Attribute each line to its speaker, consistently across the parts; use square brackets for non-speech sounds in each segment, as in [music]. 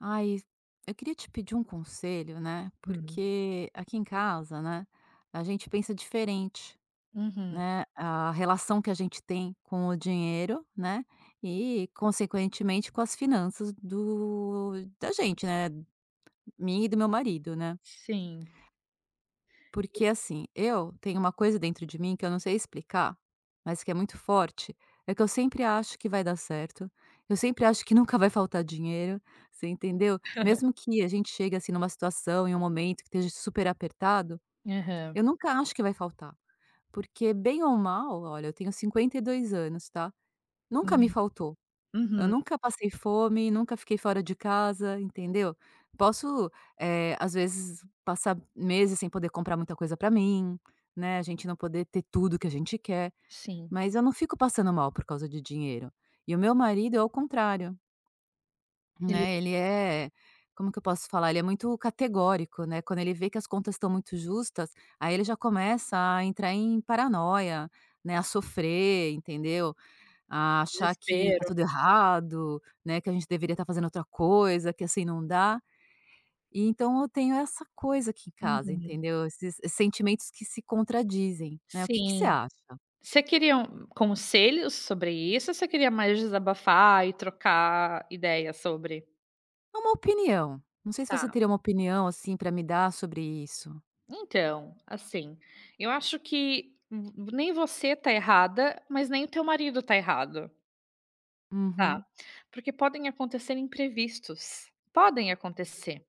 Speaker 1: Ai, eu queria te pedir um conselho, né?
Speaker 2: Uhum,
Speaker 1: Porque aqui em casa, né, a gente pensa diferente,
Speaker 2: uhum,
Speaker 1: né? A relação que a gente tem com o dinheiro, né? E, consequentemente, com as finanças do da gente, né? Minha e do meu marido, né?
Speaker 2: sim.
Speaker 1: Porque assim, eu tenho uma coisa dentro de mim que eu não sei explicar, mas que é muito forte, é que eu sempre acho que vai dar certo, eu sempre acho que [laughs] nunca vai faltar dinheiro, você entendeu? Mesmo
Speaker 2: [laughs]
Speaker 1: que a gente chegue assim numa situação, em um momento que esteja super apertado,
Speaker 2: Aham,
Speaker 1: eu nunca acho que vai faltar. Porque bem ou mal, olha, eu tenho 52 anos, tá? Nunca me
Speaker 2: uhum,
Speaker 1: faltou. Eu
Speaker 2: uhum,
Speaker 1: nunca passei fome, nunca fiquei fora de casa, entendeu? Posso, às vezes, passar meses sem poder comprar muita coisa pra mim, né, a gente não poder ter tudo que a gente quer,
Speaker 2: sim.
Speaker 1: mas eu não fico passando mal por causa de dinheiro. E o meu marido é o contrário,
Speaker 2: Ele
Speaker 1: né, ele é como que eu posso falar? Ele é muito categórico, né, quando ele vê que as contas estão muito justas, aí ele já começa a entrar em paranoia, né, a sofrer, entendeu? A achar que tá
Speaker 2: Desespero.
Speaker 1: tudo errado, né, que a gente deveria estar fazendo outra coisa, que assim não dá. E então eu tenho essa coisa aqui em casa,
Speaker 2: Uhum,
Speaker 1: entendeu? Esses sentimentos que se contradizem, né. O que que você
Speaker 2: sim.
Speaker 1: acha?
Speaker 2: Você queria um conselhos sobre isso ou você queria mais desabafar e trocar ideia sobre?
Speaker 1: É uma opinião. Não sei se
Speaker 2: Tá,
Speaker 1: você teria uma opinião, assim, pra me dar sobre isso.
Speaker 2: então, assim, eu acho que v nem você tá errada, mas nem o teu marido tá errado, tá?
Speaker 1: Uhum,
Speaker 2: Porque podem acontecer imprevistos, podem acontecer.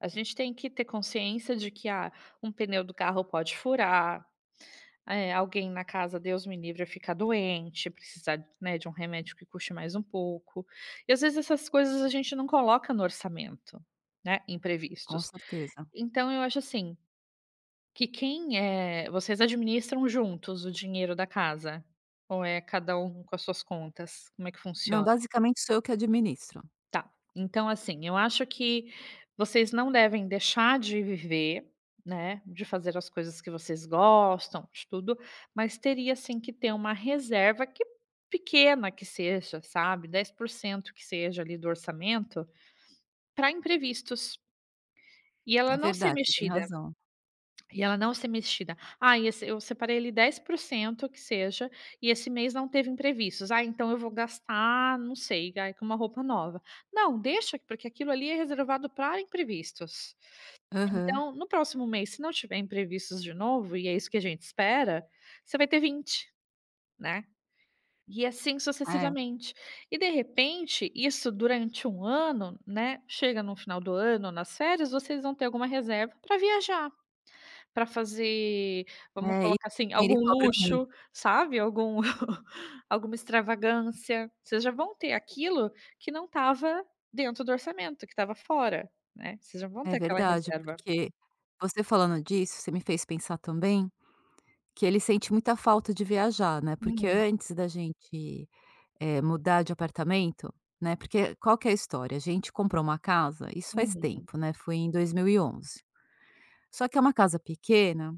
Speaker 2: A gente tem que ter consciência de que, um pneu do carro pode furar, alguém na casa, Deus me livre, ficar doente, precisar, né, de um remédio que custe mais um pouco. E às vezes essas coisas a gente não coloca no orçamento, né,
Speaker 1: com
Speaker 2: imprevistos.
Speaker 1: certeza.
Speaker 2: Então eu acho assim, que vocês administram juntos o dinheiro da casa? Ou é cada um com as suas contas? Como é que
Speaker 1: Não,
Speaker 2: funciona?
Speaker 1: basicamente sou eu que administro.
Speaker 2: Tá, então assim, eu acho que vocês não devem deixar de viver, né, de fazer as coisas que vocês gostam, de tudo, mas teria sim que ter uma reserva que pequena que seja, sabe, 10% que seja ali do orçamento, para imprevistos, e ela
Speaker 1: É
Speaker 2: não ser
Speaker 1: verdade, você tem
Speaker 2: mexida.
Speaker 1: razão.
Speaker 2: E ela não ser mexida. "Ah, e esse eu separei ele 10% que seja, e esse mês não teve imprevistos. Ah, então eu vou gastar, não sei, ai, com uma roupa nova". Não, deixa, porque aquilo ali é reservado para imprevistos.
Speaker 1: Aham.
Speaker 2: Então, no próximo mês, se não tiver imprevistos de novo, e é isso que a gente espera, você vai ter 20, né. E assim
Speaker 1: É,
Speaker 2: sucessivamente. E de repente, isso durante um ano, né, chega no final do ano, nas férias, vocês vão ter alguma reserva para viajar. Pra fazer, vamos
Speaker 1: é, e
Speaker 2: colocar assim,
Speaker 1: ele
Speaker 2: algum
Speaker 1: cobra muito.
Speaker 2: luxo, sabe, algum [laughs] alguma extravagância, vocês já vão ter aquilo que não estava dentro do orçamento, que estava fora, né, vocês já vão
Speaker 1: É
Speaker 2: ter aquela
Speaker 1: verdade,
Speaker 2: reserva.
Speaker 1: porque você falando disso, você me fez pensar também que ele sente muita falta de viajar, né, porque
Speaker 2: Uhum,
Speaker 1: antes da gente, mudar de apartamento, né, porque qual que é a história? A gente comprou uma casa isso faz
Speaker 2: uhum,
Speaker 1: tempo, né, foi em 2011. Só que é uma casa pequena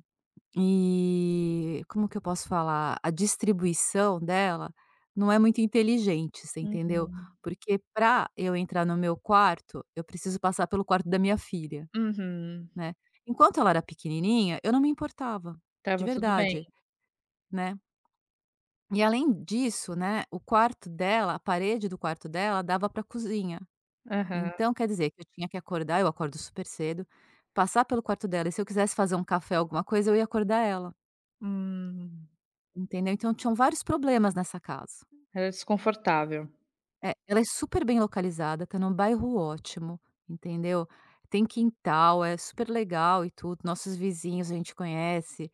Speaker 1: e como que eu posso falar? A distribuição dela não é muito inteligente, você entendeu?
Speaker 2: uhum,
Speaker 1: Porque para eu entrar no meu quarto, eu preciso passar pelo quarto da minha filha,
Speaker 2: uhum.
Speaker 1: né. Enquanto ela era pequenininha, eu não me importava, de
Speaker 2: Estava tudo bem.
Speaker 1: verdade, né. E além disso, né, o quarto dela, a parede do quarto dela dava para a cozinha.
Speaker 2: Aham.
Speaker 1: Então quer dizer que eu tinha que acordar, eu acordo super cedo, passar pelo quarto dela e se eu quisesse fazer um café, alguma coisa, eu ia acordar ela,
Speaker 2: Hum,
Speaker 1: entendeu. Então tinham vários problemas nessa casa.
Speaker 2: era desconfortável.
Speaker 1: É, ela é super bem localizada, está num bairro ótimo, entendeu. Tem quintal, é super legal e tudo, nossos vizinhos a gente conhece,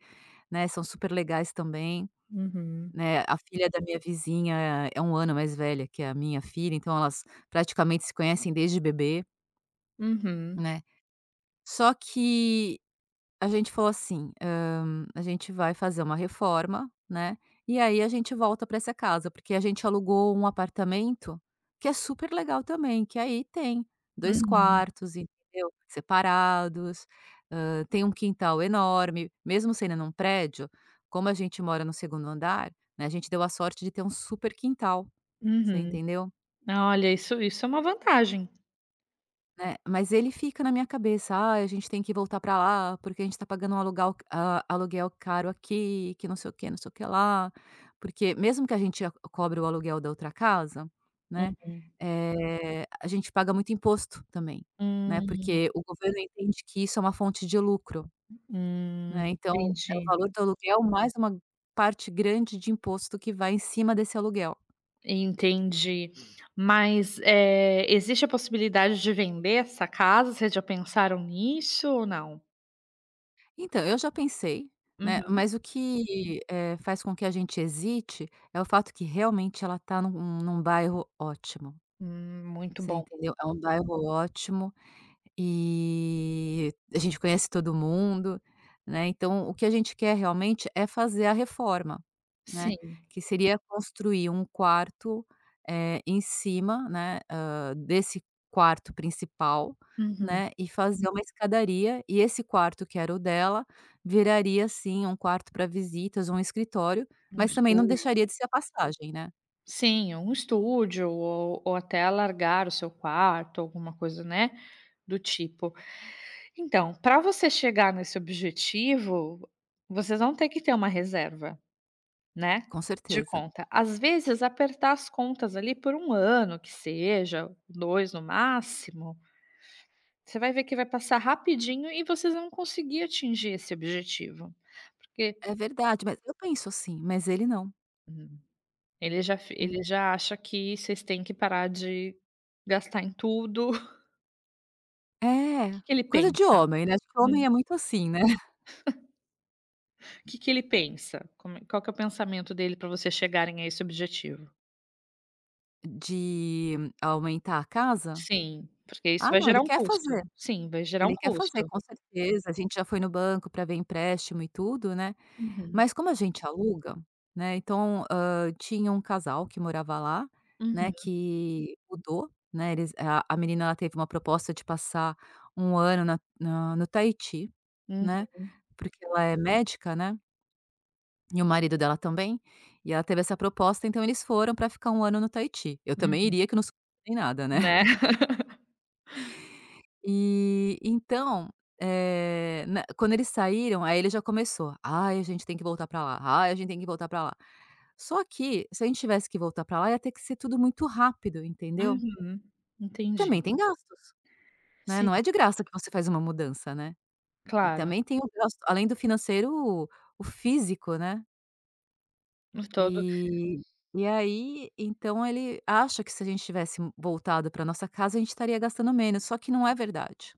Speaker 1: né, são super legais também.
Speaker 2: Uhum,
Speaker 1: Né, a filha da minha vizinha é um ano mais velha que a minha filha, então elas praticamente se conhecem desde bebê,
Speaker 2: uhum,
Speaker 1: né. Só que a gente falou assim: A gente vai fazer uma reforma, né, e aí a gente volta pra essa casa", porque a gente alugou um apartamento que é super legal também, que aí tem dois
Speaker 2: uhum,
Speaker 1: quartos, entendeu, separados, tem um quintal enorme, mesmo sendo num prédio, como a gente mora no segundo andar, né, a gente deu a sorte de ter um super quintal, você
Speaker 2: uhum.
Speaker 1: entendeu?
Speaker 2: Ah, olha, isso é uma vantagem.
Speaker 1: Né, mas ele fica na minha cabeça: "Ah, a gente tem que voltar pra lá, porque a gente tá pagando um aluguel a aluguel caro aqui, que não sei o que, não sei o que lá". Porque mesmo que a gente a cobre o aluguel da outra casa, né,
Speaker 2: Uhum,
Speaker 1: a gente paga muito imposto também, né,
Speaker 2: hum,
Speaker 1: porque o governo entende que isso é uma fonte de lucro, né, então é o
Speaker 2: entendi.
Speaker 1: valor do aluguel mais uma parte grande de imposto que vai em cima desse aluguel.
Speaker 2: Entendi. Mas, existe a possibilidade de vender essa casa? Vocês já pensaram nisso ou não?
Speaker 1: Então, eu já pensei, né,
Speaker 2: Uhum.
Speaker 1: mas o que, faz com que a gente hesite é o fato que realmente ela está num bairro ótimo,
Speaker 2: Muito
Speaker 1: você
Speaker 2: bom.
Speaker 1: entendeu? É um bairro ótimo, e a gente conhece todo mundo, né, então o que a gente quer realmente é fazer a reforma, né,
Speaker 2: Sim.
Speaker 1: que seria construir um quarto, em cima, né, desse quarto principal,
Speaker 2: Uhum.
Speaker 1: né, e fazer uma escadaria e esse quarto que era o dela, viraria assim um quarto para visitas, um escritório,
Speaker 2: Um
Speaker 1: mas também não
Speaker 2: estúdio.
Speaker 1: deixaria de ser a passagem, né,
Speaker 2: Sim, um estúdio ou até alargar o seu quarto, alguma coisa, né, do tipo. Então, para você chegar nesse objetivo, vocês vão ter que ter uma reserva. Né,
Speaker 1: com
Speaker 2: de
Speaker 1: certeza.
Speaker 2: conta. Às vezes apertar as contas ali por um ano que seja, 2 no máximo, você vai ver que vai passar rapidinho e vocês vão conseguir atingir esse objetivo. Porque
Speaker 1: É verdade, mas eu penso assim, mas ele não.
Speaker 2: hum, ele já acha que vocês têm que parar de gastar em tudo. [laughs] O
Speaker 1: É,
Speaker 2: que que ele
Speaker 1: coisa de
Speaker 2: pensa?
Speaker 1: homem, né, acho que
Speaker 2: Hum,
Speaker 1: homem é muito assim, né, [laughs]
Speaker 2: o que que ele pensa? Como é qual que é o pensamento dele para vocês chegarem a esse objetivo?
Speaker 1: de aumentar a casa.
Speaker 2: Sim, porque isso
Speaker 1: Ah
Speaker 2: vai
Speaker 1: não,
Speaker 2: gerar um custo. Sim, vai gerar um
Speaker 1: ele quer fazer,
Speaker 2: custo.
Speaker 1: com certeza, a gente já foi no banco para ver empréstimo e tudo, né,
Speaker 2: Uhum,
Speaker 1: mas como a gente aluga, né, então, tinha um casal que morava lá,
Speaker 2: uhum,
Speaker 1: né, que mudou, né, eles a menina ela teve uma proposta de passar um ano na na no Tahiti,
Speaker 2: uhum.
Speaker 1: né, porque ela é médica, né. E o marido dela também, e ela teve essa proposta, então eles foram para ficar um ano no Tahiti. Eu também
Speaker 2: Uhum.
Speaker 1: iria que eu não sou nem nada, né. [laughs]
Speaker 2: Né.
Speaker 1: E então, eh, na quando eles saíram, aí ele já começou: "Ai, a gente tem que voltar pra lá. Ai, a gente tem que voltar pra lá". Só que, se a gente tivesse que voltar pra lá, ia ter que ser tudo muito rápido, entendeu.
Speaker 2: Uhum.
Speaker 1: E
Speaker 2: Entendi.
Speaker 1: também tem gastos, né,
Speaker 2: Sim,
Speaker 1: não é de graça que você faz uma mudança, né. E
Speaker 2: claro,
Speaker 1: também tem o gasto além do financeiro, o físico, né.
Speaker 2: no todo.
Speaker 1: E e aí, então ele acha que se a gente tivesse voltado para nossa casa, a gente estaria gastando menos, só que não é verdade,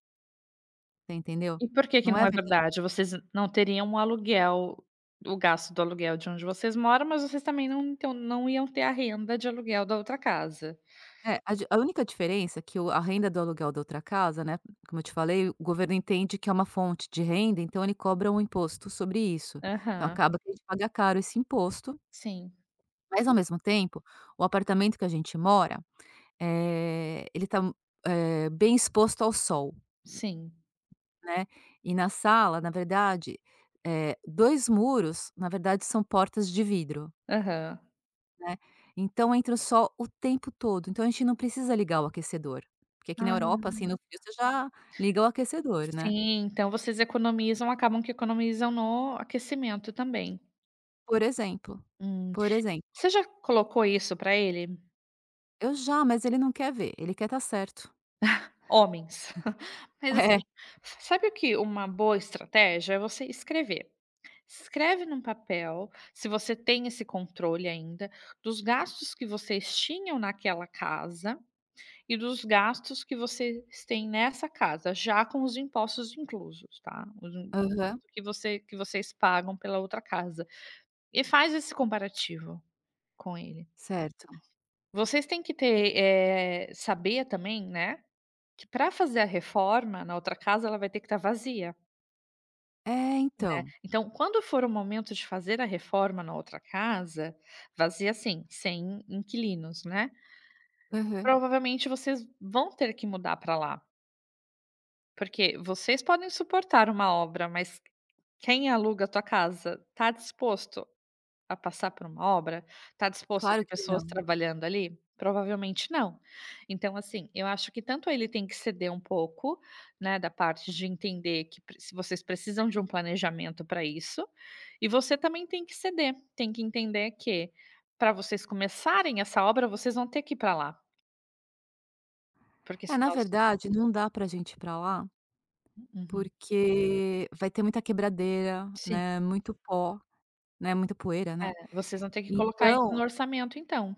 Speaker 1: você entendeu?
Speaker 2: E por que que
Speaker 1: Não
Speaker 2: não
Speaker 1: é
Speaker 2: é
Speaker 1: verdade.
Speaker 2: verdade? Vocês não teriam um aluguel o gasto do aluguel de onde vocês moram, mas vocês também não então não iam ter a renda de aluguel da outra casa.
Speaker 1: É, a única diferença é que o a renda do aluguel da outra casa, né, como eu te falei, o governo entende que é uma fonte de renda, então ele cobra um imposto sobre isso. Então
Speaker 2: Aham.
Speaker 1: acaba que a gente paga caro esse imposto,
Speaker 2: Sim,
Speaker 1: mas ao mesmo tempo, o apartamento que a gente mora, ele está bem exposto ao sol.
Speaker 2: sim.
Speaker 1: Né, e na sala, na verdade, 2 muros, na verdade, são portas de vidro,
Speaker 2: Aham.
Speaker 1: né, então entra o sol o tempo todo, então a gente não precisa ligar o aquecedor, porque aqui na
Speaker 2: Ah,
Speaker 1: Europa, assim, no frio você já liga o aquecedor, né.
Speaker 2: sim, então vocês economizam acabam que economizam no aquecimento também.
Speaker 1: Por exemplo,
Speaker 2: Hum.
Speaker 1: por exemplo.
Speaker 2: Você já colocou isso para ele?
Speaker 1: Eu já, mas ele não quer ver, ele quer estar certo.
Speaker 2: Homens. [laughs] Mas assim,
Speaker 1: [laughs] É.
Speaker 2: sabe o que uma boa estratégia é você escrever. Escreve num papel, se você tem esse controle ainda, dos gastos que vocês tinham naquela casa e dos gastos que vocês têm nessa casa, já com os impostos inclusos, tá? Os im o
Speaker 1: Aham.
Speaker 2: imposto que vocês pagam pela outra casa. E faz esse comparativo com ele.
Speaker 1: Certo.
Speaker 2: Vocês têm que ter, saber também, né, que para fazer a reforma na outra casa, ela vai ter que estar vazia.
Speaker 1: É, então.
Speaker 2: Então, quando for o momento de fazer a reforma na outra casa, vazia assim, sem inquilinos, né?
Speaker 1: Aham.
Speaker 2: Provavelmente vocês vão ter que mudar para lá, porque vocês podem suportar uma obra, mas quem aluga a tua casa está disposto a passar por uma obra? Está disposto a ter
Speaker 1: Claro que
Speaker 2: pessoas
Speaker 1: não.
Speaker 2: trabalhando ali? Provavelmente não. Então, assim, eu acho que tanto ele tem que ceder um pouco, né, da parte de entender que pre se vocês precisam de um planejamento para isso, e você também tem que ceder, tem que entender que para vocês começarem essa obra, vocês vão ter que ir para lá, porque
Speaker 1: É, na
Speaker 2: senão
Speaker 1: verdade, não dá pra gente ir pra lá,
Speaker 2: uhum,
Speaker 1: porque vai ter muita quebradeira,
Speaker 2: sim,
Speaker 1: né, muito pó. Né, muita poeira,
Speaker 2: é,
Speaker 1: né.
Speaker 2: vocês vão ter que colocar isso no
Speaker 1: Então,
Speaker 2: orçamento então.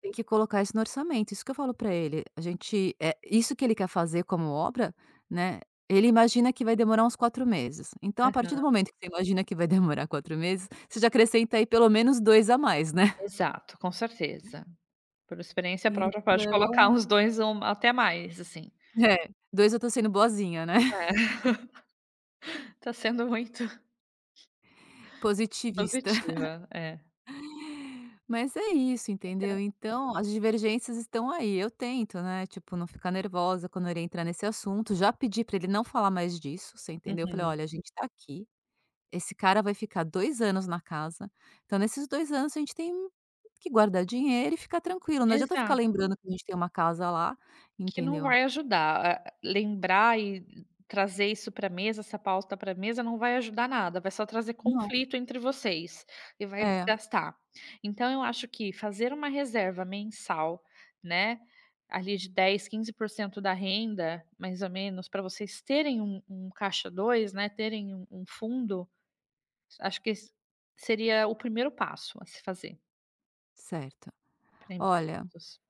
Speaker 1: tem que colocar isso no orçamento, isso que eu falo pra ele, a gente isso que ele quer fazer como obra, né, ele imagina que vai demorar uns 4 meses. Então, a partir
Speaker 2: Aham,
Speaker 1: do momento que você imagina que vai [laughs] demorar 4 meses, você já acrescenta aí pelo menos 2 a mais, né.
Speaker 2: exato, com certeza. Por experiência própria, pode colocar
Speaker 1: Então
Speaker 2: uns 2 ou até mais, assim.
Speaker 1: é, 2 eu tô sendo boazinha, né,
Speaker 2: É,
Speaker 1: [laughs]
Speaker 2: [laughs] tá sendo muito [laughs]
Speaker 1: positivista.
Speaker 2: positiva, é.
Speaker 1: Mas é isso,
Speaker 2: Então
Speaker 1: entendeu? Então, as divergências estão aí. Eu tento, né, tipo, não ficar nervosa quando ele entrar nesse assunto. Já pedi pra ele não falar mais disso, você entendeu? Eu falei:
Speaker 2: uhum.
Speaker 1: "Olha, a gente tá aqui, esse cara vai ficar 2 anos na casa, então nesses 2 anos a gente tem que guardar dinheiro e ficar tranquilo, não adianta ficar
Speaker 2: Exato,
Speaker 1: lembrando que a gente tem uma casa lá",
Speaker 2: que não
Speaker 1: entendeu?
Speaker 2: vai ajudar, lembrar e trazer isso para mesa, essa pauta para mesa, não vai ajudar nada, vai só trazer
Speaker 1: Não.
Speaker 2: conflito entre vocês e vai
Speaker 1: É,
Speaker 2: desgastar. Então eu acho que fazer uma reserva mensal, né, ali de dez, 15% da renda, mais ou menos, para vocês terem um caixa 2, né, terem um fundo, acho que esse seria o primeiro passo a se fazer
Speaker 1: certo.
Speaker 2: para
Speaker 1: Olha
Speaker 2: empréstimos.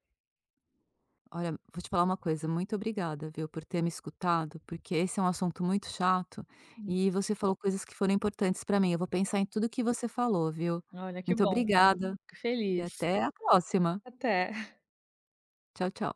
Speaker 1: Olha, vou te falar uma coisa, muito obrigada, viu, por ter me escutado, porque esse é um assunto muito chato
Speaker 2: Sim.
Speaker 1: e você falou coisas que foram importantes para mim. Eu vou pensar em tudo que você falou, viu?
Speaker 2: Olha, que
Speaker 1: Muito
Speaker 2: bom,
Speaker 1: obrigada
Speaker 2: fico
Speaker 1: e
Speaker 2: feliz.
Speaker 1: até a próxima.
Speaker 2: Até.
Speaker 1: Tchau, tchau.